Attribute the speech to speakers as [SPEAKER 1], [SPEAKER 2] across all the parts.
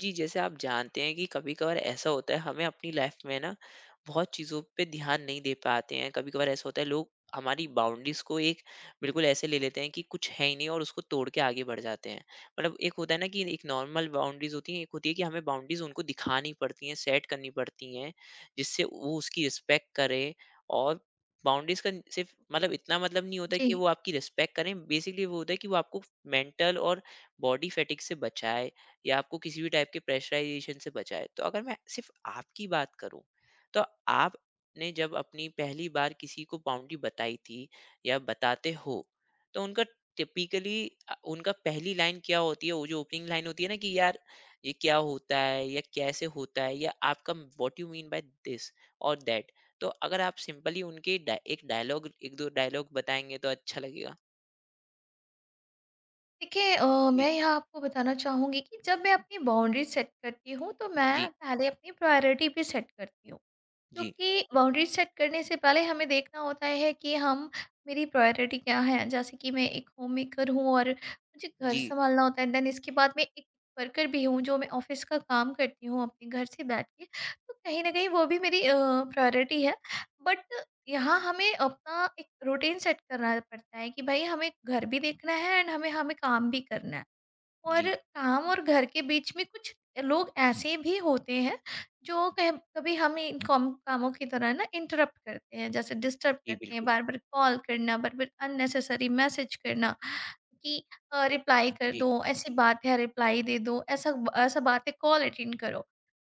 [SPEAKER 1] जी, जैसे आप जानते हैं कि कभी-कभार ऐसा होता है हमें अपनी लाइफ में ना बहुत चीज़ों पे ध्यान नहीं दे पाते हैं। कभी-कभार ऐसा होता है लोग हमारी बाउंडरीज़ को एक बिल्कुल ऐसे ले लेते हैं कि कुछ है ही नहीं और उसको तोड़ के आगे बढ़ जाते हैं। मतलब एक होता है ना कि एक नॉर्मल बाउंडरीज़ होती हैं, एक होती है कि हमें बाउंडरीज़ उनको दिखानी पड़ती हैं, सेट करनी पड़ती हैं, जिससे वो उसकी रिस्पेक्ट करें। और बाउंडरीज़ का सिर्फ़ मतलब इतना मतलब नहीं होता कि
[SPEAKER 2] जी।
[SPEAKER 1] वो आपकी रिस्पेक्ट करें, बेसिकली वो होता है कि वो आपको मेंटल और बॉडी फैटिग से बचाए। या आपको किसी भी टाइप के प्रेशराइजेशन से बचाए। तो अगर मैं सिर्फ आपकी बात करूं, तो आपने जब अपनी पहली बार किसी को बाउंड्री बताई थी या बताते हो, तो उनका टिपिकली उनका पहली लाइन क्या होती है, वो जो ओपनिंग लाइन होती है ना कि यार ये क्या होता है या कैसे होता है, या आपका what you mean by this और दैट। तो अगर आप सिंपली उनके एक डायलॉग, एक दो डायलॉग बताएंगे, तो अच्छा लगेगा।
[SPEAKER 2] देखिए
[SPEAKER 1] जी,
[SPEAKER 2] मैं यहाँ आपको बताना चाहूँगी कि जब मैं अपनी बाउंड्री सेट करती हूँ, तो
[SPEAKER 1] जी,
[SPEAKER 2] मैं पहले अपनी प्रायोरिटी भी सेट करती हूँ।
[SPEAKER 1] जी,
[SPEAKER 2] क्योंकि बाउंड्री सेट करने से पहले हमें देखना होता है कि हम मेरी प्रायोरिटी क्या है। जैसे कि मैं एक होम मेकर हूँ और मुझे घर
[SPEAKER 1] जी,
[SPEAKER 2] संभालना होता है। देन इसके बाद मैं एक वर्कर भी हूँ, जो मैं ऑफिस का काम करती हूँ अपने घर से बैठ के। तो कहीं ना कहीं वो भी मेरी प्रायोरिटी है। बट यहाँ हमें अपना एक रूटीन सेट करना पड़ता है कि भाई हमें घर भी देखना है एंड हमें हमें काम भी करना है।
[SPEAKER 1] जी,
[SPEAKER 2] और काम और घर के बीच में कुछ लोग ऐसे भी होते हैं जो कह कभी हमें इन कॉम कामों की तरह ना इंटरप्ट करते हैं, जैसे डिस्टर्ब
[SPEAKER 1] जी,
[SPEAKER 2] करते हैं।
[SPEAKER 1] बिल्कुल,
[SPEAKER 2] बार बार कॉल करना, बार बार अननेसेसरी मैसेज करना कि रिप्लाई कर
[SPEAKER 1] जी,
[SPEAKER 2] दो, ऐसी बात है रिप्लाई दे दो, ऐसा ऐसा बात है कॉल अटेंड करो।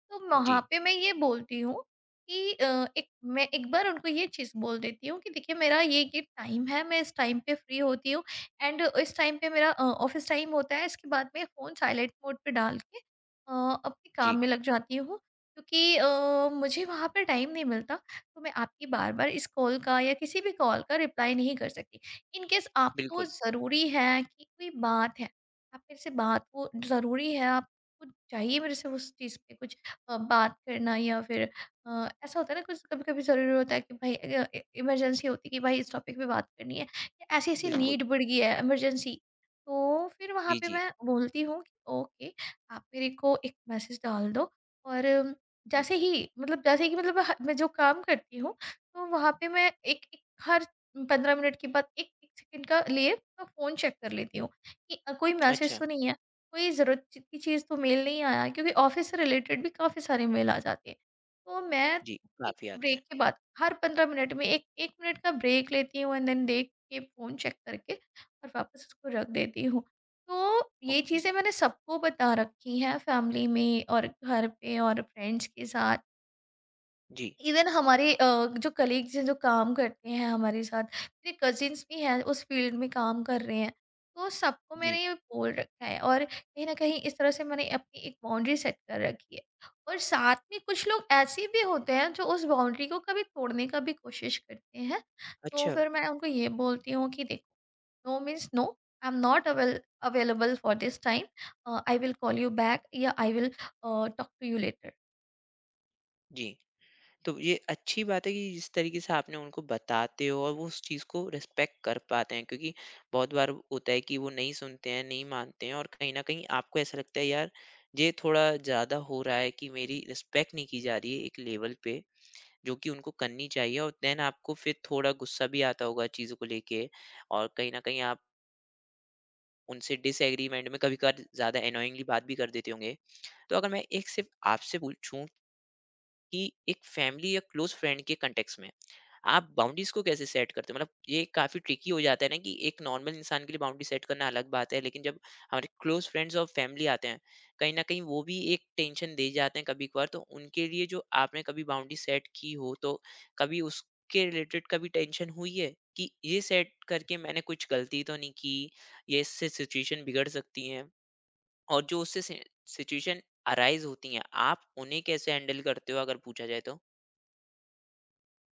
[SPEAKER 2] तो वहाँ
[SPEAKER 1] जी,
[SPEAKER 2] पे मैं ये बोलती हूँ कि एक बार उनको ये चीज़ बोल देती हूँ कि देखिए मेरा ये टाइम है, मैं इस टाइम पे फ्री होती हूँ एंड इस टाइम पे मेरा ऑफिस टाइम होता है। इसके बाद मैं फ़ोन साइलेंट मोड पे डाल के अ, अपने काम
[SPEAKER 1] जी,
[SPEAKER 2] में लग जाती हूँ, क्योंकि मुझे वहाँ पे टाइम नहीं मिलता। तो मैं आपकी बार बार इस कॉल का या किसी भी कॉल का रिप्लाई नहीं कर सकती। इन केस आपको
[SPEAKER 1] बिल्कुल,
[SPEAKER 2] ज़रूरी है कि कोई बात है, आप मेरे से बात, वो ज़रूरी है आपको, चाहिए मेरे से उस चीज़ पे कुछ बात करना, या फिर ऐसा होता है ना कुछ कभी कभी ज़रूरी होता है कि भाई इमरजेंसी होती है कि भाई इस टॉपिक पे बात करनी है, ऐसी-ऐसी
[SPEAKER 1] बिल्कुल।
[SPEAKER 2] नीड बढ़ गई है, इमरजेंसी। तो फिर वहाँ
[SPEAKER 1] जी,
[SPEAKER 2] पे
[SPEAKER 1] जी,
[SPEAKER 2] मैं बोलती हूँ कि ओके, आप मेरे को एक मैसेज डाल दो। और
[SPEAKER 1] जी।
[SPEAKER 2] जैसे ही मतलब जैसे कि मतलब ह मैं जो काम करती हूँ, तो वहाँ पे मैं एक एक हर 15 मिनट के बाद 1-1 सेकंड का लिए मैं फ़ोन चेक कर लेती हूँ कि कोई मैसेज
[SPEAKER 1] अच्छा,
[SPEAKER 2] तो नहीं है, कोई ज़रूरत च की चीज़ तो मेल नहीं आया है, क्योंकि ऑफ़िस से रिलेटेड भी काफ़ी सारे मेल आ जाते हैं। तो मैं
[SPEAKER 1] जी,
[SPEAKER 2] एक
[SPEAKER 1] काफ़ी आते हैं।
[SPEAKER 2] ब्रेक के बाद हर 15 मिनट में 1- 1 मिनट का ब्रेक लेती हूँ एंड देन देख के फ़ोन चेक करके और वापस उसको रख देती हूँ। तो ये
[SPEAKER 1] ओके,
[SPEAKER 2] चीज़ें मैंने सबको बता रखी हैं, फैमिली में और घर पे और फ्रेंड्स के साथ।
[SPEAKER 1] जी,
[SPEAKER 2] इवन हमारे जो कलीग्स हैं जो काम करते हैं हमारे साथ, मेरे कजिन्स भी हैं उस फील्ड में काम कर रहे हैं, तो सबको
[SPEAKER 1] जी।
[SPEAKER 2] मैंने ये बोल रखा है और कहीं ना कहीं इस तरह से मैंने अपनी एक बाउंड्री सेट कर रखी है। और साथ में कुछ लोग ऐसे भी होते हैं जो उस बाउंड्री को कभी तोड़ने का भी कोशिश करते हैं। तो
[SPEAKER 1] अच्छा,
[SPEAKER 2] फिर मैं उनको ये बोलती हूँ कि देखो no means no, I am not available for this time, I will call you back, या I will talk to you later.
[SPEAKER 1] जी। तो ये अच्छी बात है कि जिस तरीके से आपने उनको बताते हो और वो उस चीज़ को रिस्पेक्ट कर पाते हैं, क्योंकि बहुत बार होता है कि वो नहीं सुनते हैं, नहीं मानते हैं और कहीं न कहीं आपको ऐसा लगता है यार, ये थोड़ा ज़्यादा हो रहा है कि मेरी रिस्पेक्ट नहीं की जा रही है एक लेवल पे, जो कि उनको करनी चाहिए, और देन आपको फिर थोड़ा गुस्सा भी आता होगा चीज़ों को लेके, और कहीं न कहीं आप उनसे डिसएग्रीमेंट में कभी-कभार ज़्यादा अननोइंगली बात भी कर देते होंगे। तो अगर मैं एक सिर्फ़ आपसे पूछूँ कि एक फैमिली या क्लोज़ फ्रेंड के कॉन्टेक्स्ट में आप बाउंड्रीज को कैसे सेट करते हो? मतलब ये काफ़ी ट्रिकी हो जाता है ना कि एक नॉर्मल इंसान के लिए बाउंड्री सेट करना अलग बात है, लेकिन जब हमारे क्लोज़ फ्रेंड्स और फैमिली आते हैं, कहीं न कहीं वो भी एक टेंशन दे जाते हैं कभी-कभार, तो उनके लिए जो आपने कभी बाउंड्री सेट की हो, तो कभी उसके रिलेटेड कभी टेंशन हुई है कि ये सेट करके मैंने कुछ गलती तो नहीं की, ये इससे सिचुएशन बिगड़ सकती है? और जो उससे सि सिचुएशन अराइज़ होती हैं, आप उन्हें कैसे हैंडल करते हो अगर पूछा जाए तो?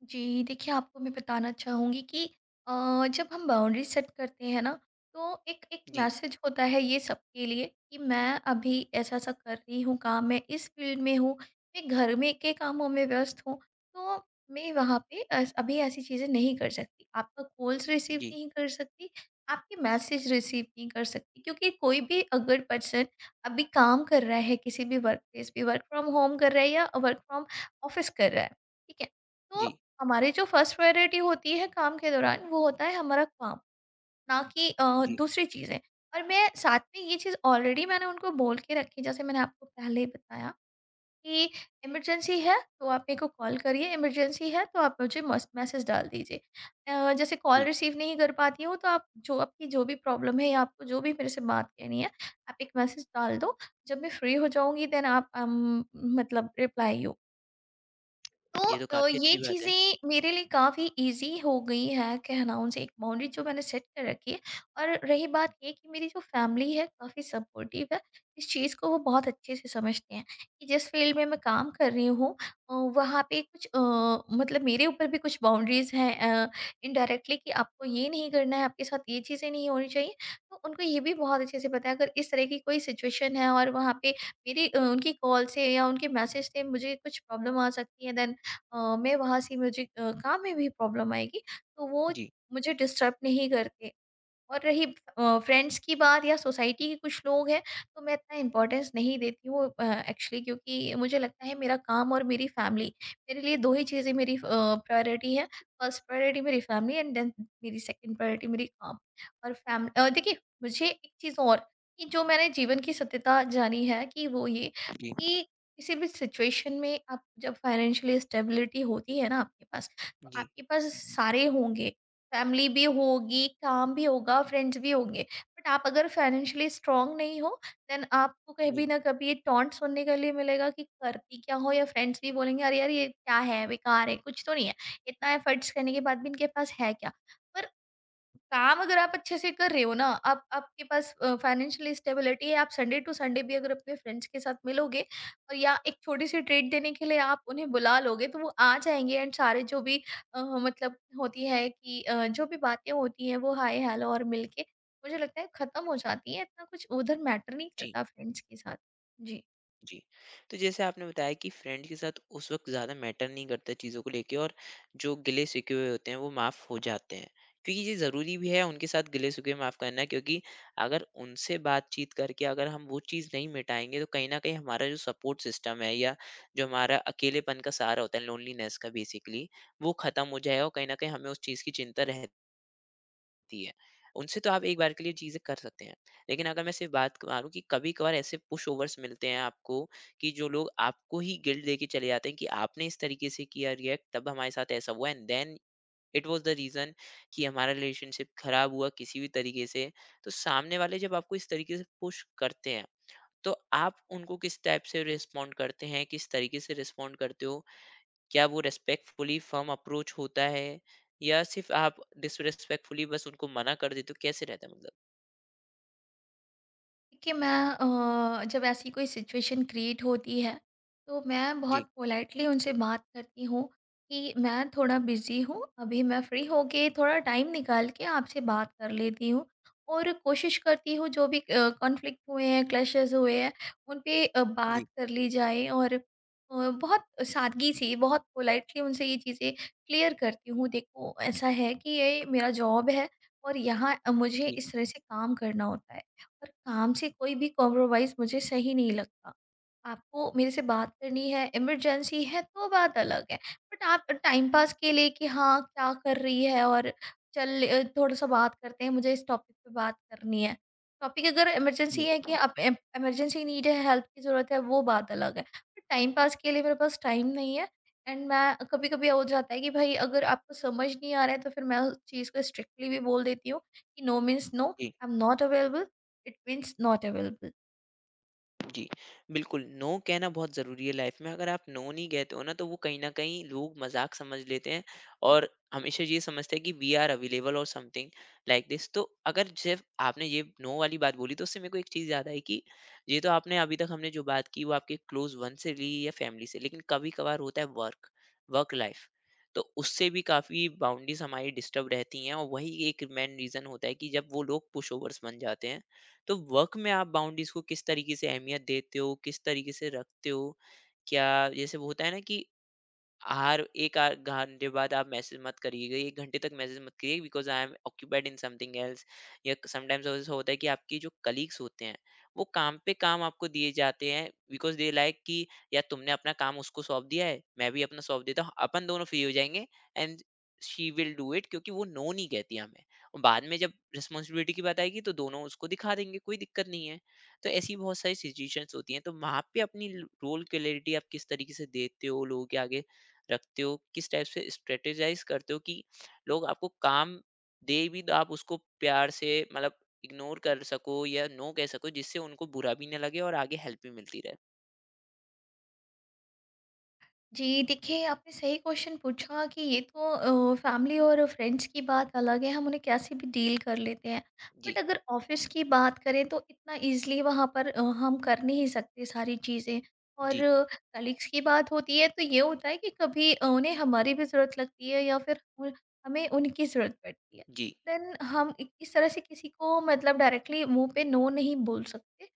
[SPEAKER 2] जी, देखिए आपको मैं बताना चाहूँगी कि अ, जब हम बाउंड्री सेट करते हैं ना, तो एक एक
[SPEAKER 1] जी,
[SPEAKER 2] मैसेज होता है ये सबके लिए कि मैं अभी ऐसा-ऐसा कर रही हूँ काम, मैं इस फ़ील्ड में हूँ, मैं घर में के कामों में व्यस्त हूँ, तो मैं वहाँ पे अस अभी ऐसी चीज़ें नहीं कर सकती। आपका कॉल्स रिसीव
[SPEAKER 1] जी,
[SPEAKER 2] नहीं कर सकती, आपके मैसेज रिसीव नहीं कर सकती, क्योंकि कोई भी अगर पर्सन अभी काम कर रहा है किसी भी वर्कप्लेस पे, वर्क फ्रॉम होम कर रहा है या वर्क फ्रॉम ऑफ़िस कर रहा है, ठीक है? तो
[SPEAKER 1] जी,
[SPEAKER 2] हमारी जो फर्स्ट प्रायोरिटी होती है काम के दौरान वो होता है हमारा काम, ना कि
[SPEAKER 1] जी,
[SPEAKER 2] दूसरी चीज़ें। और मैं साथ में ये चीज़ ऑलरेडी मैंने उनको बोल के रखी, जैसे मैंने आपको पहले ही बताया कि इमरजेंसी है तो आप मेरे को कॉल करिए, इमरजेंसी है तो आप मुझे मैसेज डाल दीजिए। जैसे कॉल
[SPEAKER 1] जी।
[SPEAKER 2] रिसीव नहीं कर पाती हूँ तो आप जो आपकी जो भी प्रॉब्लम है या आपको जो भी मेरे से बात करनी है, आप एक मैसेज डाल दो। जब मैं फ्री हो जाऊंगी देन आप मतलब रिप्लाई। तो
[SPEAKER 1] ये तो काफ़ी
[SPEAKER 2] ये
[SPEAKER 1] अच्छी बात है।
[SPEAKER 2] चीज़ें मेरे लिए काफ़ी ईज़ी हो गई है कहना उनसे, एक बाउंड्री जो मैंने सेट कर रखी है। और रही बात ये कि मेरी जो फैमिली है काफ़ी सपोर्टिव है। इस चीज़ को वो बहुत अच्छे से समझते हैं कि जिस फ़ील्ड में मैं काम कर रही हूँ वहाँ पे कुछ अ, मतलब मेरे ऊपर भी कुछ बाउंड्रीज़ हैं अ, इनडायरेक्टली कि आपको ये नहीं करना है, आपके साथ ये चीज़ें नहीं होनी चाहिए। तो उनको ये भी बहुत अच्छे से पता है अगर इस तरह की कोई सिचुएशन है और वहाँ पे उनकी कॉल से या उनके मैसेज से मुझे कुछ प्रॉब्लम आ सकती है, देन अ, मैं वहाँ से मुझे काम में भी प्रॉब्लम आएगी, तो वो
[SPEAKER 1] जी,
[SPEAKER 2] मुझे डिस्टर्ब नहीं करते। और रही फ्रेंड्स की बात, या सोसाइटी के कुछ लोग हैं, तो मैं इतना इम्पोर्टेंस नहीं देती हूँ एक्चुअली, क्योंकि मुझे लगता है मेरा काम और मेरी फैमिली, मेरे लिए दो ही चीज़ें मेरी प्रायोरिटी है। फर्स्ट प्रायोरिटी मेरी फैमिली एंड देन मेरी सेकंड प्रायोरिटी मेरी काम। और फैमिली, देखिए मुझे एक चीज़ और कि जो मैंने जीवन की सत्यता जानी है कि वो ये
[SPEAKER 1] जी,
[SPEAKER 2] कि किसी भी सिचुएशन में आप जब फाइनेंशियली स्टेबिलिटी होती है ना आपके पास, तो
[SPEAKER 1] जी,
[SPEAKER 2] आपके पास सारे होंगे, फैमिली भी होगी, काम भी होगा, फ्रेंड्स भी होंगे। बट आप अगर फाइनेंशियली स्ट्रॉन्ग नहीं हो, देन आपको
[SPEAKER 1] जी,
[SPEAKER 2] कभी ना कभी ये टॉन्ट सुनने के लिए मिलेगा कि करती क्या हो, या फ्रेंड्स भी बोलेंगे, "अरे यार, ये क्या है? बेकार है, कुछ तो नहीं है। इतना एफर्ट्स करने के बाद भी इनके पास है क्या?" पर काम अगर आप अच्छे से कर रहे हो ना, आप आपके पास फाइनेंशियल स्टेबिलिटी है, आप संडे टू संडे भी अगर अपने फ्रेंड्स के साथ मिलोगे और या एक छोटी-सी ट्रीट देने के लिए आप उन्हें बुला लोगे, तो वो आ जाएँगे एंड सारे जो भी अ, मतलब होती है कि जो भी बातें होती हैं, वो हाय हेलो और मिलके मुझे लगता है ख़त्म हो जाती हैं, इतना कुछ उधर मैटर नहीं
[SPEAKER 1] जी,
[SPEAKER 2] करता फ्रेंड्स के साथ। जी।
[SPEAKER 1] जी। तो जैसे आपने बताया कि फ्रेंड के साथ उस वक़्त ज़्यादा मैटर नहीं करता चीज़ों को लेके, और जो गिले-शिकवे हुए होते हैं वो माफ़ हो जाते हैं। क्योंकि ये ज़रूरी भी है उनके साथ गिले-शिकवे माफ़ करना, क्योंकि अगर उनसे बातचीत करके अगर हम वो चीज़ नहीं मिटाएँगे, तो कहीं न कहीं हमारा जो सपोर्ट सिस्टम है या जो हमारा अकेलेपन का सहारा होता है लोनलीनेस का बेसिकली, वो ख़त्म हो जाएगा और कहीं न कहीं हमें उस चीज़ की चिंता रह सकती है, उनसे तो आप एक बार के लिए चीज़ें कर सकते हैं। लेकिन अगर मैं सिर्फ़ बात करूँ कि कभी-कभार ऐसे पुशओवर्स मिलते हैं आपको कि जो लोग आपको ही गिल्ट देके चले जाते हैं कि आपने इस तरीके से किया रिएक्ट, तब हमारे साथ ऐसा हुआ, and then it was the reason कि हमारा रिलेशनशिप खराब हुआ किसी भी तरीके से। तो सामने वाले जब आपको इस तरीके से पुश करते हैं, तो आप उनको किस टाइप से रिस्पॉन्ड करते हैं, किस तरीके से रिस्पॉन्ड करते हो? क्या वो रिस्पेक्टफुली फर्म अप्रोच होता है, या सिर्फ आप डिसरिस्पेक्टफुली बस उनको मना कर देते हो, कैसे रहता है मतलब?
[SPEAKER 2] देखिए मैं जब ऐसी कोई सिचुएशन क्रिएट होती है तो मैं
[SPEAKER 1] जी,
[SPEAKER 2] बहुत पोलाइटली उनसे बात करती हूँ कि मैं थोड़ा बिजी हूँ, अभी मैं फ्री होके थोड़ा टाइम निकाल के आपसे बात कर लेती हूँ, और कोशिश करती हूँ जो भी कॉन्फ्लिक्ट हुए हैं, क्लैशेस हुए हैं, उन पे बात
[SPEAKER 1] जी,
[SPEAKER 2] कर ली जाए, और बहुत सादगी से बहुत पोलाइटली उनसे ये चीज़ें क्लियर करती हूँ, देखो ऐसा है कि ये मेरा जॉब है और यहाँ मुझे
[SPEAKER 1] जी,
[SPEAKER 2] इस तरह से काम करना होता है, पर काम से कोई भी कॉम्प्रोमाइज़ मुझे सही नहीं लगता। आपको मेरे से बात करनी है, इमरजेंसी है तो बात अलग है। बट आप टाइम पास के लिए कि हाँ, क्या कर रही है और चल थोड़ा-सा बात करते हैं, मुझे इस टॉपिक पे बात करनी है। टॉपिक अगर इमरजेंसी
[SPEAKER 1] जी,
[SPEAKER 2] है कि आप इम इमरजेंसी नीड है, हेल्प की ज़रूरत है, वो बात अलग है। बट टाइम पास के लिए मेरे पास टाइम नहीं है। एंड मैं कभी-कभी हो जाता है कि भाई अगर आपको समझ नहीं आ रहा है तो फिर मैं उस चीज़ को स्ट्रिक्टली भी बोल देती हूँ कि नो मीन्स नो,
[SPEAKER 1] जी।
[SPEAKER 2] I am not available, it means not available.
[SPEAKER 1] जी, बिल्कुल, नो कहना बहुत ज़रूरी है लाइफ में। अगर आप नो नहीं कहते हो ना, तो वो कहीं न कहीं लोग मज़ाक समझ लेते हैं और हमेशा ये समझते हैं कि वी आर अवेलेबल और समथिंग लाइक दिस। तो अगर सिर्फ़ आपने ये नो वाली बात बोली, तो उससे मेरे को एक चीज़ याद आई कि ये तो आपने अभी तक हमने जो बात की, वो आपके क्लोज़ वन से ली या फैमिली से। लेकिन कभी-कभार होता है वर्क, वर्क लाइफ़, तो उससे भी काफ़ी बाउंडरीज़ हमारी डिस्टर्ब रहती हैं और वही एक मेन रीज़न होता है कि जब वो लोग पुशओवर्स बन जाते हैं। तो वर्क में आप बाउंड्रीज को किस तरीके से अहमियत देते हो? किस तरीके से रखते हो? क्या जैसे वो होता है ना कि हर एक घंटे बाद आप मैसेज मत करिएगा, एक घंटे तक मैसेज मत करिए, because I am occupied in something else. या समटाइम्स ऐसा होता है कि आपकी जो कलीग्स होते हैं, वो काम पे काम आपको दिए जाते हैं बिकॉज दे लाइक कि या तुमने अपना काम उसको सौंप दिया है, मैं भी अपना सौंप देता हूँ, अपन दोनों फ्री हो जाएंगे, and she will do it, क्योंकि वो नो नहीं कहती हमें, और बाद में जब रिस्पॉन्सिबिलिटी की बात आएगी, तो दोनों उसको दिखा देंगे, कोई दिक्कत नहीं है। तो ऐसी बहुत सारी सिचुएशंस होती हैं, तो वहाँ पे अपनी रोल क्लियरिटी आप किस तरीके से देते हो, लोगों के आगे रखते हो? किस टाइप से स्ट्रेटेजाइज़ करते हो कि लोग आपको काम दे भी, तो आप उसको प्यार से मतलब इग्नोर कर सको या नो कह सको, जिससे उनको बुरा भी ना लगे और आगे हेल्प भी मिलती रहे?
[SPEAKER 2] जी, देखिए आपने सही क्वेश्चन पूछा कि ये तो फैमिली और फ्रेंड्स की बात अलग है, हम उन्हें कैसे भी डील कर लेते हैं।
[SPEAKER 1] जी,
[SPEAKER 2] बट अगर ऑफ़िस की बात करें तो इतना ईज़िली वहाँ पर हम कर नहीं सकते सारी चीज़ें। और
[SPEAKER 1] जी,
[SPEAKER 2] कलीग्स की बात होती है तो ये होता है कि कभी उन्हें हमारी भी ज़रूरत लगती है या फिर उन हमें उनकी ज़रूरत पड़ती है।
[SPEAKER 1] जी,
[SPEAKER 2] देन हम इ इस तरह से किसी को मतलब डायरेक्टली मुँह पे नो नहीं बोल सकते।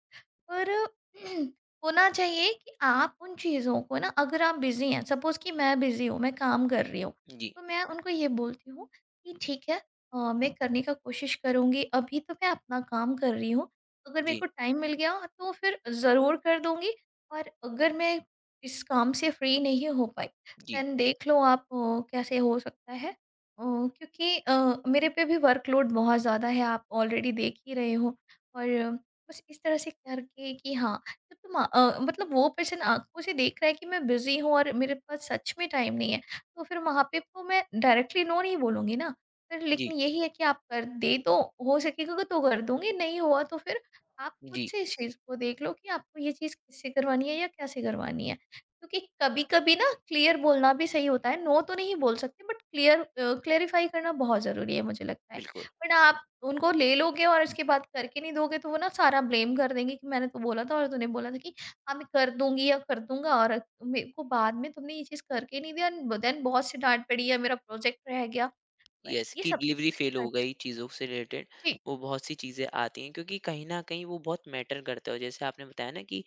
[SPEAKER 2] पर होना चाहिए कि आप उन चीज़ों को ना, अगर आप बिज़ी हैं, सपोज़ कि मैं बिज़ी हूँ, मैं काम कर रही हूँ,
[SPEAKER 1] जी,
[SPEAKER 2] तो मैं उनको ये बोलती हूँ कि ठीक है मैं करने का कोशिश करूँगी, अभी तो मैं अपना काम कर रही हूँ। अगर मेरे
[SPEAKER 1] जी,
[SPEAKER 2] को टाइम मिल गया तो फिर ज़रूर कर दूँगी, और अगर मैं इस काम से फ्री नहीं हो पाई,
[SPEAKER 1] जी,
[SPEAKER 2] देन देख लो आप कैसे हो सकता है। क्योंकि मेरे पे भी वर्कलोड बहुत ज़्यादा है, आप ऑलरेडी देख ही रहे हो। और बस इस तरह से करके कि हाँ, जब तुम वो पर्सन आँखों से देख रहा है कि मैं बिज़ी हूँ और मेरे पास सच में टाइम नहीं है, तो फिर वहाँ पे तो मैं डायरेक्टली नो नहीं बोलूँगी ना। फिर लेकिन
[SPEAKER 1] जी,
[SPEAKER 2] यही है कि आप कर दे तो, हो सकेगा तो कर दूँगी, नहीं हुआ तो फिर आप खुद
[SPEAKER 1] जी,
[SPEAKER 2] से इस चीज़ को देख लो कि आपको ये चीज़ किससे करवानी है या कैसे करवानी है। क्योंकि कभी-कभी ना क्लियर बोलना भी सही होता है, नो तो नहीं बोल सकते बट क्लियर क्लेरिफ़ाई करना बहुत ज़रूरी है मुझे लगता है।
[SPEAKER 1] बिल्कुल।
[SPEAKER 2] बट आप उनको ले लोगे और उसके बाद करके नहीं दोगे तो वो ना सारा ब्लेम कर देंगे कि मैंने तो बोला था और तूने बोला था कि हाँ मैं कर दूंगी या कर दूंगा, और मेरे को बाद में तुमने ये चीज करके नहीं दिया, देन बहुत सी डांट पड़ी या मेरा प्रोजेक्ट रह गया,
[SPEAKER 1] यस,
[SPEAKER 2] ये
[SPEAKER 1] कि
[SPEAKER 2] सब
[SPEAKER 1] डिलीवरी फ़ेल हो
[SPEAKER 2] चीज़-
[SPEAKER 1] गई चीज़ों से रिलेटेड
[SPEAKER 2] जी।
[SPEAKER 1] वो बहुत सी चीज़ें आती हैं, क्योंकि कहीं न कहीं वो बहुत मैटर करता है। जैसे आपने बताया ना कि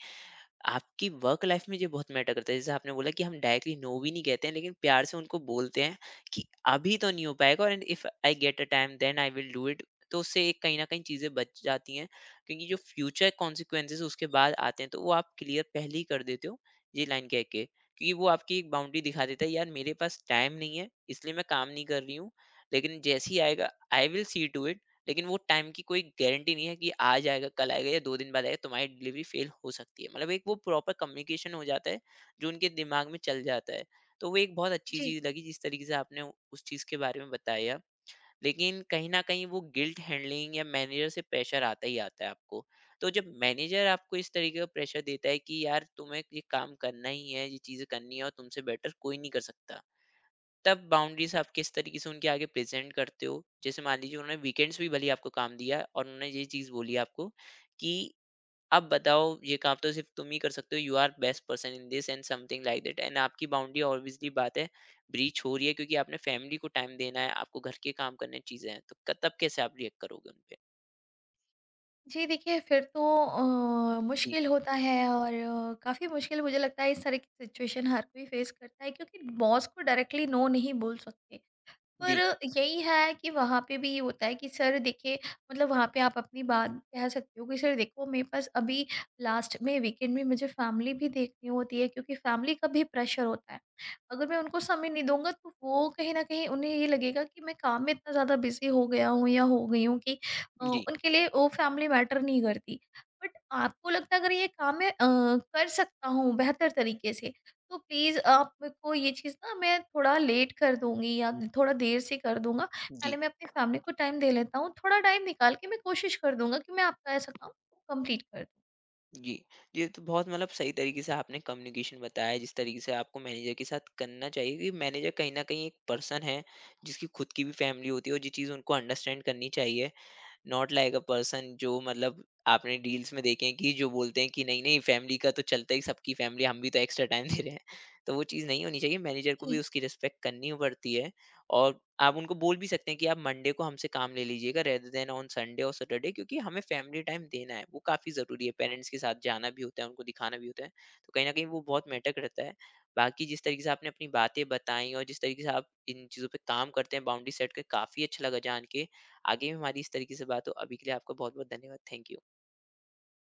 [SPEAKER 1] आपकी वर्क लाइफ में ये बहुत मैटर करता है। जैसे आपने बोला कि हम डायरेक्टली नो भी नहीं कहते हैं, लेकिन प्यार से उनको बोलते हैं कि अभी तो नहीं हो पाएगा, और and if I get a time then I will do it. तो उससे एक कहीं न कहीं चीज़ें बच जाती हैं, क्योंकि जो फ्यूचर कॉन्सिक्वेंसेस उसके बाद आते हैं, तो वो आप क्लियर पहले ही कर देते हो, ये लाइन कह के। क्योंकि वो आपकी एक बाउंड्री दिखा देता है, यार मेरे पास टाइम नहीं है, इसलिए मैं काम नहीं कर रही हूँ, लेकिन जैसे ही आएगा, I will see to it. लेकिन वो टाइम की कोई गारंटी नहीं है कि आज आएगा, कल आएगा या 2 दिन बाद आएगा, तुम्हारी डिलीवरी फेल हो सकती है। मतलब एक वो प्रॉपर कम्युनिकेशन हो जाता है, जो उनके दिमाग में चल जाता है। तो वो एक बहुत अच्छी
[SPEAKER 2] जी।
[SPEAKER 1] चीज़ लगी जिस तरीके से आपने उस चीज़ के बारे में बताया। लेकिन कहीं न कहीं वो गिल्ट हैंडलिंग या मैनेजर से प्रेशर आता ही आता है आपको। तो जब मैनेजर आपको इस तरीके का प्रेशर देता है कि यार तुम्हें ये काम करना ही है, ये चीज़ें करनी है और तुमसे बेटर कोई नहीं कर सकता। तब बाउंड्रीज आप किस तरीके से उनके आगे प्रेजेंट करते हो? जैसे मान लीजिए उन्होंने वीकेंड्स भी भले ही आपको काम दिया है और उन्होंने ये चीज़ बोली आपको कि अब बताओ ये काम तो सिर्फ़ तुम ही कर सकते हो, you are best person in this and something like that, and आपकी बाउंड्री ऑब्वियसली बात है ब्रीच हो रही है, क्योंकि आपने फैमिली को टाइम देना है, आपको घर के काम करने हैं, चीज़ें हैं। तो क तब कैसे आप रिएक्ट करोगे उनपे?
[SPEAKER 2] जी। देखिए फिर तो
[SPEAKER 1] जी,
[SPEAKER 2] मुश्किल होता है, और काफ़ी मुश्किल मुझे लगता है, इस तरह की सिचुएशन हर कोई फेस करता है, क्योंकि बॉस को डायरेक्टली नो नहीं बोल सकते। पर
[SPEAKER 1] जी,
[SPEAKER 2] यही है कि वहाँ पे भी ये होता है कि सर देखिए, मतलब वहाँ पे आप अपनी बात कह सकते हो कि सर देखो मेरे पास अभी लास्ट में वीकेंड में मुझे फैमिली भी देखनी होती है, क्योंकि फैमिली का भी प्रेशर होता है। अगर मैं उनको समय नहीं दूँगा तो वो कहीं न कहीं उन्हें ये लगेगा कि मैं काम में इतना ज़्यादा बिज़ी हो गया हूँ या हो गई हूँ कि
[SPEAKER 1] जी,
[SPEAKER 2] उनके लिए वो फैमिली मैटर नहीं करती। बट आपको लगता है अगर ये काम मैं कर सकता हूँ बेहतर तरीके से, तो प्लीज़ आप मेरे को ये चीज़ ना मैं थोड़ा लेट कर दूँगी या थोड़ा देर से कर दूँगा।
[SPEAKER 1] जी।
[SPEAKER 2] पहले मैं अपनी फैमिली को टाइम दे लेता हूँ, थोड़ा टाइम निकाल के मैं कोशिश कर दूँगा कि मैं आपका ऐसा काम कंप्लीट कर दूँ।
[SPEAKER 1] जी। ये तो बहुत मतलब सही तरीके से आपने कम्युनिकेशन बताया, जिस तरीके से आपको मैनेजर के साथ करना चाहिए कि मैनेजर कहीं न कहीं एक पर्सन है, जिसकी खुद की भी फैमिली होती है और ये चीज़ उनको अंडरस्टैंड करनी चाहिए। नॉट लाइक अ पर्सन, जो मतलब आपने डील्स में देखे हैं कि जो बोलते हैं कि नहीं नहीं, फैमिली का तो चलता ही, सबकी फैमिली, हम भी तो एक्स्ट्रा टाइम दे रहे हैं। तो वो चीज़ नहीं होनी चाहिए, मैनेजर को भी
[SPEAKER 2] जी।
[SPEAKER 1] उसकी रिस्पेक्ट करनी पड़ती है। और आप उनको बोल भी सकते हैं कि आप मंडे को हमसे काम ले लीजिएगा रेदर देन ऑन संडे और सैटरडे, क्योंकि हमें फैमिली टाइम देना है, वो काफ़ी ज़रूरी है, पेरेंट्स के साथ जाना भी होता है, उनको दिखाना भी होता है। तो कहीं ना कहीं वो बहुत मैटर करता है। बाकी जिस तरीके से आपने अपनी बातें बताई और जिस तरीके से आप इन चीज़ों पे काम करते हैं, बाउंड्री सेट कर, काफ़ी अच्छा लगा जान के। आगे भी हमारी इस तरीके से बात हो। अभी के लिए आपका बहुत बहुत धन्यवाद। Thank you.